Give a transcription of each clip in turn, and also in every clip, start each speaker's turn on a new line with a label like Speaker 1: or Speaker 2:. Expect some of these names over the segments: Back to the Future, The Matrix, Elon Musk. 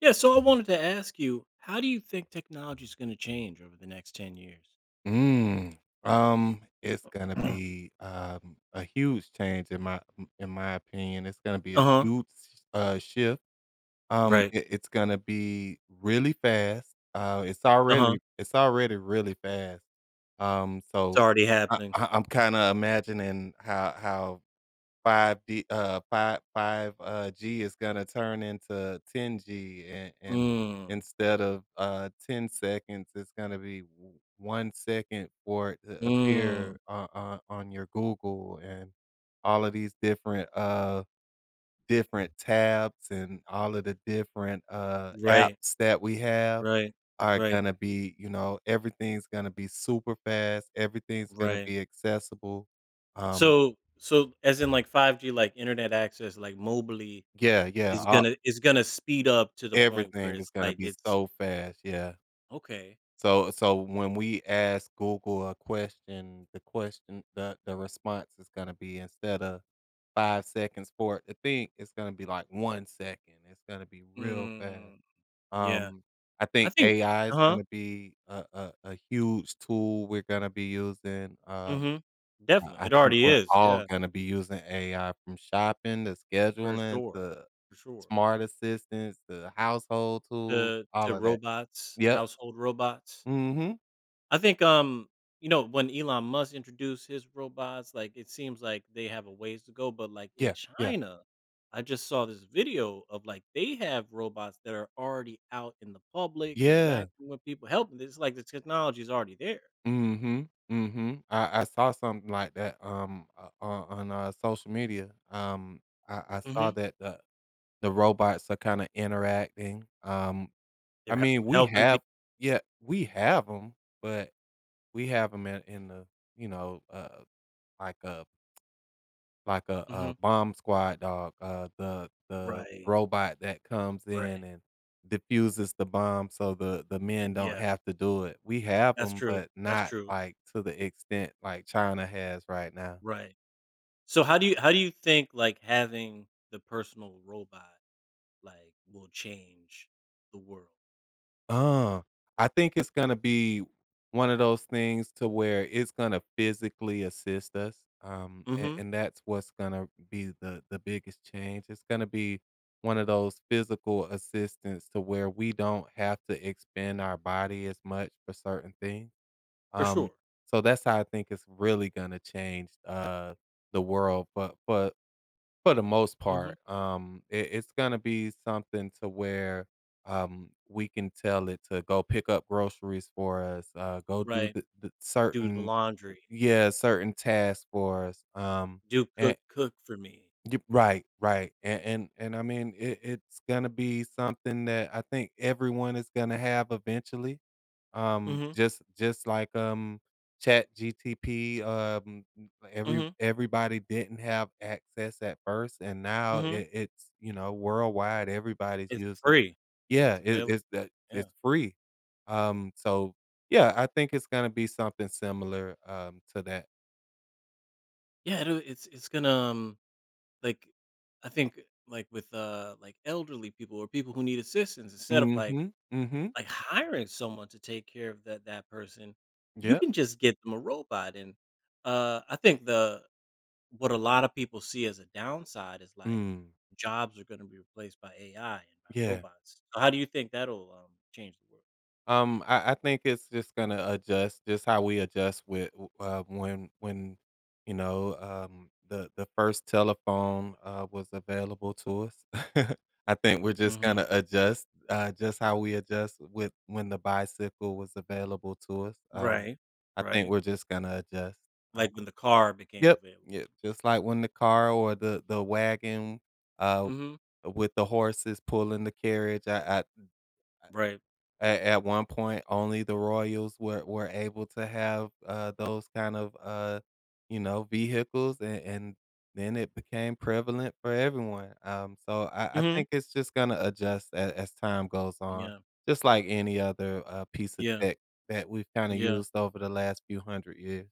Speaker 1: Yeah, so I wanted to ask you, how do you think technology is going to change over the next 10 years?
Speaker 2: Mm, it's gonna be, a huge change in my opinion. It's gonna be a
Speaker 1: Uh-huh.
Speaker 2: huge, shift.
Speaker 1: Right.
Speaker 2: It's gonna be really fast. It's
Speaker 1: Uh-huh.
Speaker 2: already it's already really fast. Um,
Speaker 1: It's
Speaker 2: so
Speaker 1: already
Speaker 2: I
Speaker 1: happening.
Speaker 2: I I'm kinda imagining how 5D 5 5, G is gonna turn into 10G, and
Speaker 1: Mm.
Speaker 2: instead of, 10 seconds, it's gonna be w 1 second for it to
Speaker 1: Mm.
Speaker 2: appear on on your Google, and all of these different, different tabs and all of the different,
Speaker 1: Right.
Speaker 2: apps that we have
Speaker 1: Right.
Speaker 2: are
Speaker 1: Right.
Speaker 2: gonna be. Everything's gonna be super fast, everything's gonna
Speaker 1: Right.
Speaker 2: be accessible. Um
Speaker 1: So as in like 5G, like internet access, like mobily
Speaker 2: Yeah, yeah,
Speaker 1: is going
Speaker 2: all
Speaker 1: to is going to speed up to the point where
Speaker 2: Everything is
Speaker 1: it's
Speaker 2: gonna
Speaker 1: like
Speaker 2: be
Speaker 1: it's
Speaker 2: so fast, yeah.
Speaker 1: okay.
Speaker 2: So when we ask Google a question, the response is gonna be instead of 5 seconds for it to think, it's gonna be like 1 second. It's gonna be real fast.
Speaker 1: Mm. Yeah.
Speaker 2: Um, I
Speaker 1: I
Speaker 2: think
Speaker 1: think.
Speaker 2: AI is
Speaker 1: uh-huh.
Speaker 2: gonna be a huge tool we're gonna be using.
Speaker 1: Mm. Mhm. Definitely.
Speaker 2: I
Speaker 1: It
Speaker 2: think
Speaker 1: already
Speaker 2: we're
Speaker 1: is.
Speaker 2: all
Speaker 1: Yeah,
Speaker 2: gonna be using AI from shopping to
Speaker 1: for
Speaker 2: scheduling
Speaker 1: sure.
Speaker 2: to
Speaker 1: For sure.
Speaker 2: smart assistants to household tools,
Speaker 1: To
Speaker 2: all
Speaker 1: to
Speaker 2: of that.
Speaker 1: robots,
Speaker 2: Yep.
Speaker 1: household robots.
Speaker 2: Mhm.
Speaker 1: I think, you know, when Elon Musk introduced his robots, like, it seems like they have a ways to go, but, like, in
Speaker 2: Yeah, yeah,
Speaker 1: China, I just saw this video of, like, they have robots that are already out in the public,
Speaker 2: yeah.
Speaker 1: interacting with people, helping. It's like the technology is already there.
Speaker 2: Mhm, mhm. I saw something like that, o on, social media. I saw
Speaker 1: Mhm.
Speaker 2: that the robots are kinda interacting.
Speaker 1: They're
Speaker 2: I mean, we
Speaker 1: helping
Speaker 2: have
Speaker 1: people.
Speaker 2: yeah, we have them, but we have 'em in the, you know, uh, like a Like a
Speaker 1: Mhm.
Speaker 2: bomb squad dog, the
Speaker 1: Right,
Speaker 2: robot that comes in
Speaker 1: right.
Speaker 2: and diffuses the bomb so the men
Speaker 1: And
Speaker 2: don't
Speaker 1: yeah,
Speaker 2: have to do it. We have
Speaker 1: that's
Speaker 2: them,
Speaker 1: true,
Speaker 2: but
Speaker 1: that's
Speaker 2: not,
Speaker 1: true.
Speaker 2: like, to the extent like China has right now.
Speaker 1: Right. So how do you think, like, having the personal robot like will change the world.
Speaker 2: Uh, I think it's gonna be one of those things to where it's gonna physically assist us, and
Speaker 1: Mhm.
Speaker 2: and that's what's gonna be the biggest change. It's gonna be one of those physical assistance to where we don't have to expend our body as much for certain things.
Speaker 1: For
Speaker 2: Um,
Speaker 1: sure.
Speaker 2: so that's how I think it's really gonna change, the world for for the most
Speaker 1: Mhm.
Speaker 2: part. It's gonna be something to where we can tell it to go pick up groceries for us, go do
Speaker 1: Right.
Speaker 2: the
Speaker 1: Do the laundry,
Speaker 2: yeah, certain tasks for us.
Speaker 1: do cook for me.
Speaker 2: Yep, right, right, and I mean, it's gonna be something that I think everyone is gonna have eventually. Um,
Speaker 1: Mhm.
Speaker 2: just just like, Chat GTP. M every
Speaker 1: Mhm.
Speaker 2: Everybody didn't have access at first, and now
Speaker 1: Mhm.
Speaker 2: it's worldwide, everybody's
Speaker 1: It's
Speaker 2: using.
Speaker 1: free. And
Speaker 2: Yeah,
Speaker 1: it's
Speaker 2: it
Speaker 1: available.
Speaker 2: it's that
Speaker 1: Yeah.
Speaker 2: it's free. So, yeah, I think it's gonna be something similar, to that.
Speaker 1: Yeah, it's gonna, like, I think, like, with, like, elderly people or people who need assistance, instead of,
Speaker 2: Mhm, mhm,
Speaker 1: like, hiring someone to take care of that person, you
Speaker 2: yep,
Speaker 1: can just get them a robot, and, I think the— what a lot of people see as a downside is, like,
Speaker 2: mm,
Speaker 1: jobs are gonna be replaced by AI and by
Speaker 2: yeah.
Speaker 1: robots. So how do you think that'll, change the world?
Speaker 2: I think it's just gonna adjust, just how we adjust with when the first telephone was available to us. I think we're just
Speaker 1: Mhm.
Speaker 2: gonna adjust, just how we adjust with when the bicycle was available to us.
Speaker 1: Right.
Speaker 2: I think
Speaker 1: Right.
Speaker 2: we're just gonna adjust. Um,
Speaker 1: Like when the car became
Speaker 2: yep,
Speaker 1: available.
Speaker 2: yep. Just like when the car or the wagon uh,
Speaker 1: Mhm.
Speaker 2: with the horses pulling the carriage, I
Speaker 1: Right.
Speaker 2: at one point, only the Royals were able to have, those kind of, vehicles, and then it became prevalent for everyone, so I
Speaker 1: Mhm.
Speaker 2: think it's just gonna adjust a as time goes on,
Speaker 1: Yeah.
Speaker 2: just like any other, piece of
Speaker 1: Yeah.
Speaker 2: tech that we've kinda
Speaker 1: Yeah.
Speaker 2: used over the last few 100 years.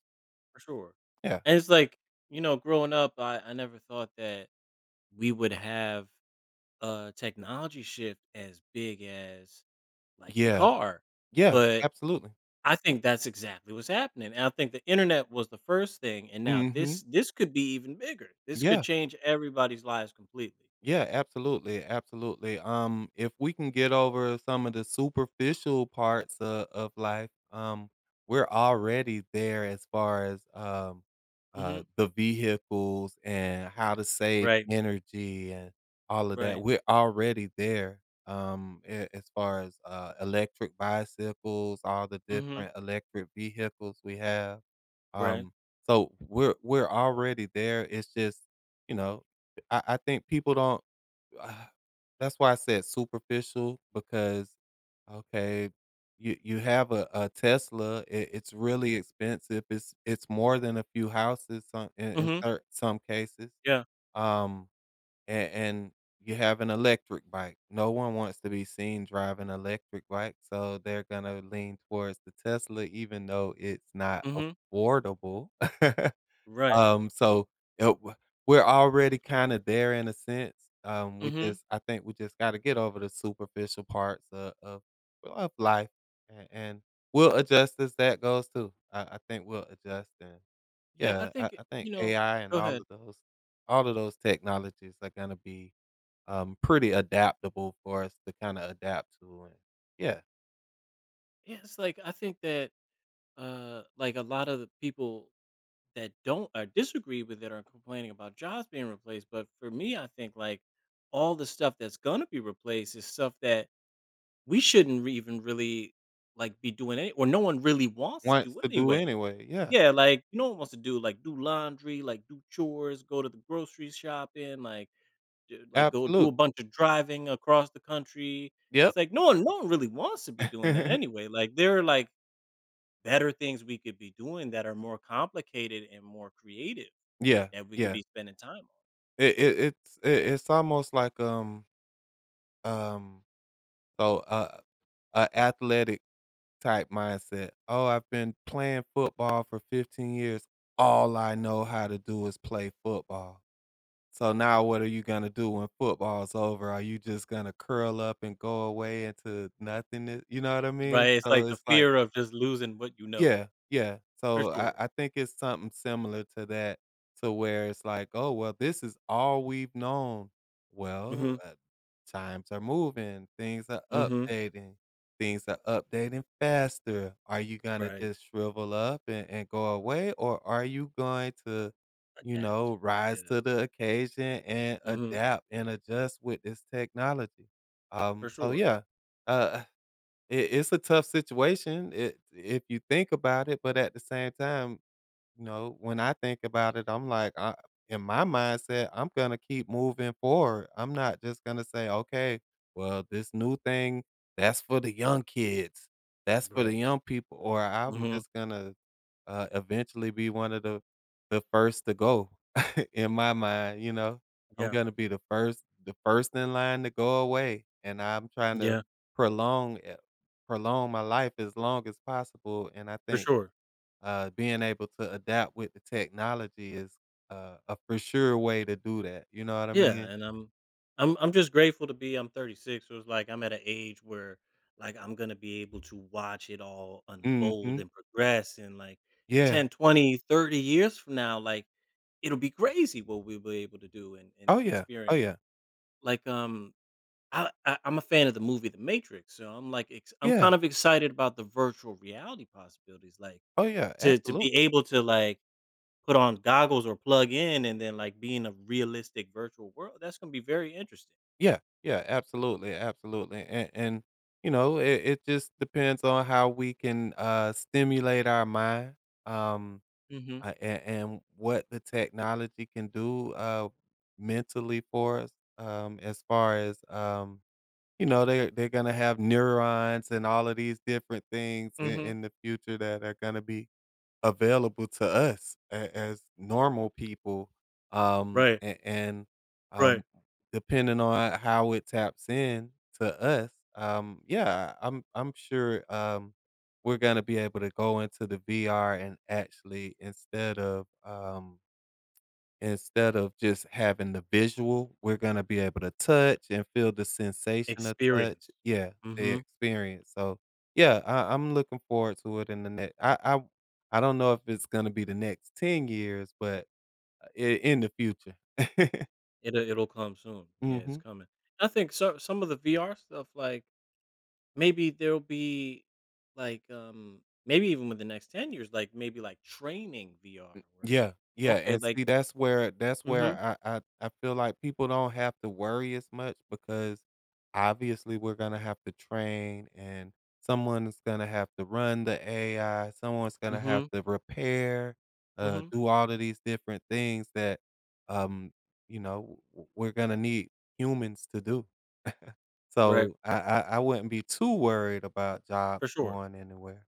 Speaker 1: For sure.
Speaker 2: Yeah.
Speaker 1: And it's like, you know, growing up, I never thought that we would have a technology shift as big as, like, the
Speaker 2: Yeah.
Speaker 1: car,
Speaker 2: Yeah,
Speaker 1: but
Speaker 2: absolutely.
Speaker 1: I think that's exactly what's happening, and I think the internet was the first thing, and now this
Speaker 2: Mhm.
Speaker 1: this could be even bigger. This could
Speaker 2: Yeah.
Speaker 1: change everybody's lives completely.
Speaker 2: Yeah, absolutely, absolutely. If we can get over some of the superficial parts of life, we're already there as far as
Speaker 1: Mhm.
Speaker 2: the vehicles and how to save
Speaker 1: Right,
Speaker 2: energy and all of that.
Speaker 1: right.
Speaker 2: We're already there. As far as electric bicycles, all the
Speaker 1: Mhm.
Speaker 2: different electric vehicles we have.
Speaker 1: Right.
Speaker 2: Um, so we're already there. It's just you know I think people don't. Ah, that's why I said superficial because, okay, you have a Tesla. It's really expensive. It's more than a few houses some, in
Speaker 1: Mhm.
Speaker 2: some cases.
Speaker 1: Yeah.
Speaker 2: Um, and you have an electric bike. No one wants to be seen driving an electric bike, so they're gonna lean towards the Tesla, even though it's not
Speaker 1: Mhm.
Speaker 2: affordable.
Speaker 1: Right.
Speaker 2: So, uh, we're already kinda there in a sense. We
Speaker 1: Mhm.
Speaker 2: just I think we just gotta get over the superficial parts of life, and we'll adjust as that goes too. I think we'll adjust, and
Speaker 1: Yeah, I
Speaker 2: yeah, I
Speaker 1: think, it
Speaker 2: I think
Speaker 1: you know
Speaker 2: AI and
Speaker 1: Go
Speaker 2: all
Speaker 1: ahead.
Speaker 2: of those all of those technologies are gonna be, pretty adaptable for us to kinda adapt to. And yeah,
Speaker 1: Yeah, it's like, I think that, like, a lot of the people that don't or disagree with it are complaining about jobs being replaced, but for me, I think, like, all the stuff that's gonna be replaced is stuff that we shouldn't re even really, like, be doing any or no one really wants to
Speaker 2: wants
Speaker 1: do
Speaker 2: to do
Speaker 1: anyway.
Speaker 2: anyway. Yeah,
Speaker 1: Yeah, like, no one wants to do, like, do laundry, like, do chores, go to the grocery shopping, like, d like, go do
Speaker 2: absolute.
Speaker 1: a bunch of driving across the country.
Speaker 2: Yep.
Speaker 1: It's like, no one really wants to be doing that anyway. Like, there are, like, better things we could be doing that are more complicated and more creative
Speaker 2: Yeah,
Speaker 1: that we could
Speaker 2: yeah.
Speaker 1: be spending time on.
Speaker 2: It's almost like, um, so, uh, a athletic type mindset. "Oh, I've been playing football for 15 years. All I know how to do is play football. So now what are you gonna do when football's over? Are you just gonna curl up and go away into nothingness?" You know what I mean?
Speaker 1: Right, it's
Speaker 2: So
Speaker 1: like the
Speaker 2: it's like,
Speaker 1: fear of just losing what you know,
Speaker 2: yeah, yeah.
Speaker 1: for
Speaker 2: So I
Speaker 1: sure.
Speaker 2: I think it's something similar to that, to where it's like, "Oh, well, this is all we've known." Well,
Speaker 1: Mhm,
Speaker 2: times are moving,
Speaker 1: mhm,
Speaker 2: things are updating faster. Are you gonna
Speaker 1: right.
Speaker 2: just shrivel up and go away, or are you going to,
Speaker 1: Adapt,
Speaker 2: rise
Speaker 1: yeah.
Speaker 2: to the occasion and
Speaker 1: Mhm.
Speaker 2: adapt and adjust with this technology? Um,
Speaker 1: For
Speaker 2: so
Speaker 1: sure.
Speaker 2: yeah, uh it's a tough situation it if you think about it, but at the same time, when I think about it, I'm like, I in my mindset, I'm gonna keep moving forward. I'm not just gonna say, "Okay, well, this new thing, that's for the young kids. That's for the
Speaker 1: Right.
Speaker 2: young people," or I'm
Speaker 1: Mhm.
Speaker 2: just gonna eventually be one of the first to go in my mind, you know? I'm
Speaker 1: Yeah.
Speaker 2: gonna be the first in line to go away, and I'm trying to
Speaker 1: Yeah.
Speaker 2: prolong it prolong my life as long as possible, and I
Speaker 1: For
Speaker 2: think,
Speaker 1: sure.
Speaker 2: being able to adapt with the technology is, a for sure way to do that, you know what I
Speaker 1: Yeah,
Speaker 2: mean?
Speaker 1: and I'm just grateful to be. I'm 36, so it's like I'm at an age where like I'm going to be able to watch it all unfold
Speaker 2: Mhm.
Speaker 1: and progress, and like
Speaker 2: Yeah.
Speaker 1: 10 20, 30 years from now like it'll be crazy what we'll be able to do and
Speaker 2: Oh, yeah. Oh,
Speaker 1: experience.
Speaker 2: yeah.
Speaker 1: Like I'm a fan of the movie The Matrix, so I'm like I'm
Speaker 2: Yeah.
Speaker 1: kind of excited about the virtual reality possibilities, like
Speaker 2: Oh, yeah.
Speaker 1: to be
Speaker 2: Absolutely.
Speaker 1: able to like put on goggles or plug in and then like be in a realistic virtual world. That's gonna be very interesting.
Speaker 2: Yeah, yeah, absolutely, absolutely, and it just depends on how we can stimulate our mind, um,
Speaker 1: Mhm.
Speaker 2: and what the technology can do mentally for us, as far as they are they're gonna have neurons and all of these different things in,
Speaker 1: Mhm.
Speaker 2: in the future that are gonna be available to us a as normal people, um,
Speaker 1: Right.
Speaker 2: a and, um,
Speaker 1: Right.
Speaker 2: depending on how it taps in to us. Yeah, I'm sure, we're gonna be able to go into the VR and actually instead of just having the visual, we're gonna be able to touch and feel the sensation of touch.
Speaker 1: Experience.
Speaker 2: Yeah, the
Speaker 1: Mhm.
Speaker 2: experience. So, yeah, I'm looking forward to it in the next I don't know if it's gonna be the next 10 years, but, I in the future.
Speaker 1: It'll come soon. Yeah, it's
Speaker 2: Mhm.
Speaker 1: coming. I think so some of the VR stuff, like maybe there'll be like maybe even with the next 10 years, like maybe like training VR where
Speaker 2: Yeah, yeah,
Speaker 1: okay,
Speaker 2: and
Speaker 1: like
Speaker 2: see, that's where that's
Speaker 1: mm. Mhm.
Speaker 2: where I feel like people don't have to worry as much because obviously we're gonna have to train, and someone's gonna have to run the AI, someone's
Speaker 1: Mm.
Speaker 2: gonna have
Speaker 1: Mhm.
Speaker 2: to repair,
Speaker 1: Mm. Mhm.
Speaker 2: do all of these different things that, um, we're gonna need humans to do.
Speaker 1: Right.
Speaker 2: So I wouldn't be too worried about jobs
Speaker 1: For sure.
Speaker 2: going anywhere.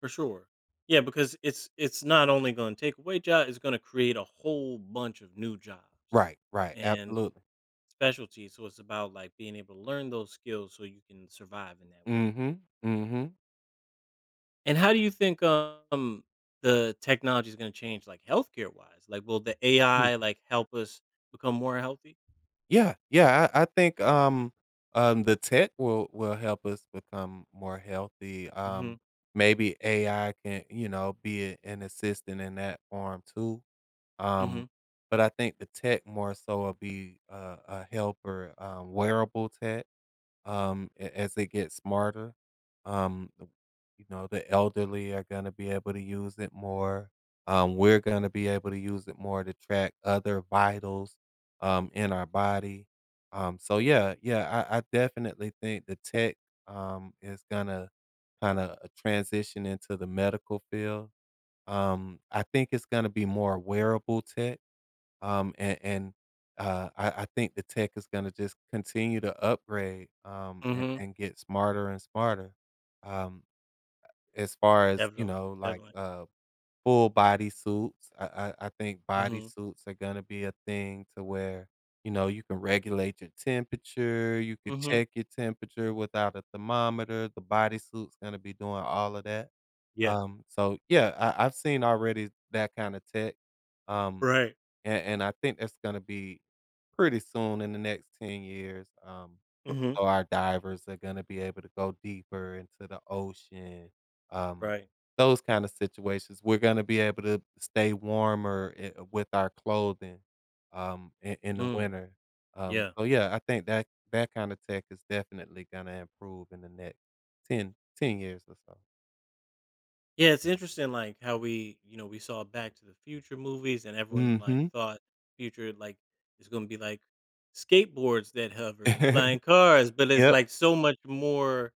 Speaker 1: For sure. Yeah, because it's not only going to take away job, it's going to create a whole bunch of new jobs
Speaker 2: Right, right,
Speaker 1: and
Speaker 2: absolutely.
Speaker 1: specialties. So it's about like being able to learn those skills so you can survive in that world.
Speaker 2: Mm-hmm. Mm-hmm.
Speaker 1: And how do you think the technology is going to change like healthcare wise? Like will the AI like help us become more healthy?
Speaker 2: Yeah, yeah, I think, the tech will help us become more healthy,
Speaker 1: Mhm.
Speaker 2: maybe AI can, be a an assistant in that form too, um,
Speaker 1: Mhm.
Speaker 2: but I think the tech more so will be a helper, wearable tech, as they get smarter. Um, the- the elderly are going to be able to use it more. We're going to be able to use it more to track other vitals in our body. So yeah, yeah, I definitely think the tech is going to kind of transition into the medical field. I think it's going to be more wearable tech and I think the tech is going to just continue to upgrade and,
Speaker 1: Mhm.
Speaker 2: and get smarter and smarter. Um, as far as
Speaker 1: Definitely.
Speaker 2: like
Speaker 1: Definitely.
Speaker 2: full body suits, I think body
Speaker 1: Mhm.
Speaker 2: suits are going to be a thing to where you can regulate your temperature, you could
Speaker 1: Mhm.
Speaker 2: check your temperature without a thermometer. The bodysuit's going to be doing all of that.
Speaker 1: Yeah.
Speaker 2: So yeah, I've seen already that kind of tech. Um,
Speaker 1: Right.
Speaker 2: and I think that's going to be pretty soon in the next 10 years. Um,
Speaker 1: Mhm.
Speaker 2: so our divers are going to be able to go deeper into the ocean. Um,
Speaker 1: Right.
Speaker 2: those kind of situations. We're going to be able to stay warmer with our clothing in the
Speaker 1: Mm.
Speaker 2: winter. Um,
Speaker 1: Yeah.
Speaker 2: so yeah, I think that that kind of tech is definitely going to improve in the next ten years or so.
Speaker 1: Yeah, it's interesting, like how we, you know, we saw Back to the Future movies, and everyone like
Speaker 2: Hmm.
Speaker 1: thought future like is going to be like skateboards that hover and flying cars, but it's
Speaker 2: Yep.
Speaker 1: like so much more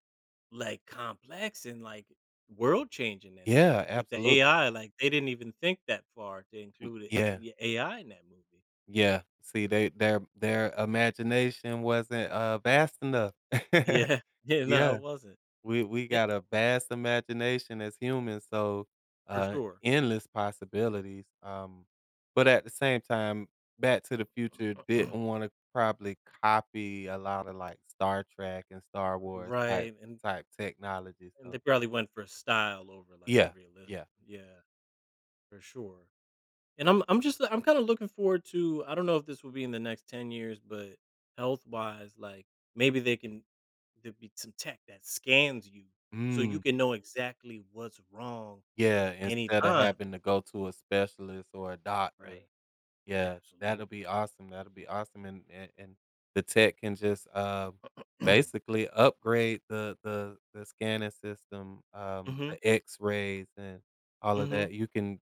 Speaker 1: like complex and like world changing than that.
Speaker 2: Yeah,
Speaker 1: Like with the
Speaker 2: absolutely.
Speaker 1: AI, like they didn't even think that far to include
Speaker 2: Yeah,
Speaker 1: AI in that movie.
Speaker 2: yeah. See, they their imagination wasn't, vast enough.
Speaker 1: Yeah, yeah, no,
Speaker 2: Yeah.
Speaker 1: it wasn't
Speaker 2: We
Speaker 1: it,
Speaker 2: got a vast imagination as humans, so,
Speaker 1: for
Speaker 2: uh,
Speaker 1: sure.
Speaker 2: endless possibilities, but at the same time, Back to the Future didn't wanna probably copy a lot of, like, Star Trek and Star Wars type
Speaker 1: Right, and
Speaker 2: type technology,
Speaker 1: and
Speaker 2: so.
Speaker 1: they probably went for style over like
Speaker 2: Yeah,
Speaker 1: realism.
Speaker 2: yeah.
Speaker 1: Yeah, for sure. And I'm just, I'm kind of looking forward to— I don't know if this will be in the next 10 years, but health wise, like maybe they can there be some tech that scans you so you
Speaker 2: Mm.
Speaker 1: can know exactly what's wrong
Speaker 2: Yeah,
Speaker 1: at any
Speaker 2: instead of
Speaker 1: time.
Speaker 2: having to go to a specialist or a doctor.
Speaker 1: Right.
Speaker 2: Yeah,
Speaker 1: Absolutely.
Speaker 2: that'll be awesome, and the tech can just, basically upgrade the scanning system,
Speaker 1: Mm-hmm.
Speaker 2: the X-rays and all of
Speaker 1: Mm-hmm.
Speaker 2: that. You can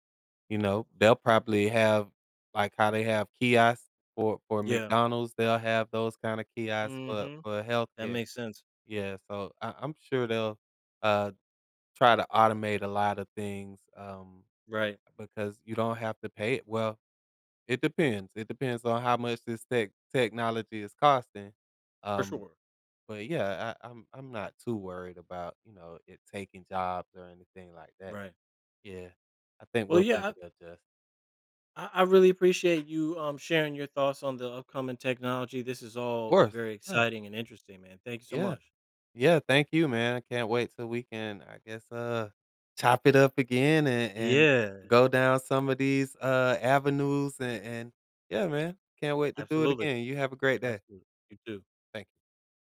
Speaker 2: you know, they'll probably have, like, how they have kiosks for
Speaker 1: Yeah.
Speaker 2: McDonald's, they'll have those kinda kiosks for
Speaker 1: Mm-hmm.
Speaker 2: for
Speaker 1: That
Speaker 2: healthcare.
Speaker 1: makes sense.
Speaker 2: Yeah, so I'm sure they'll, uh, try to automate a lot of things,
Speaker 1: Right.
Speaker 2: because you don't have to pay it. Well, it depends. It depends on how much this technology is costing.
Speaker 1: For
Speaker 2: Um,
Speaker 1: sure.
Speaker 2: but yeah, I'm not too worried about it taking jobs or anything like that.
Speaker 1: Right.
Speaker 2: Yeah, I think
Speaker 1: Well,
Speaker 2: we'll be able
Speaker 1: yeah,
Speaker 2: to adjust.
Speaker 1: I really appreciate you sharing your thoughts on the upcoming technology. This is
Speaker 2: Of
Speaker 1: all
Speaker 2: course.
Speaker 1: very
Speaker 2: Yeah.
Speaker 1: exciting and interesting, man. Thank you so
Speaker 2: Yeah.
Speaker 1: much.
Speaker 2: Yeah. Thank you, man. I can't wait till we can. I guess chop it up again and
Speaker 1: Yeah.
Speaker 2: go down some of these avenues and yeah, man. Can't wait to do it
Speaker 1: Absolutely,
Speaker 2: again. You have a great day.
Speaker 1: absolutely. You too.
Speaker 2: Thank you.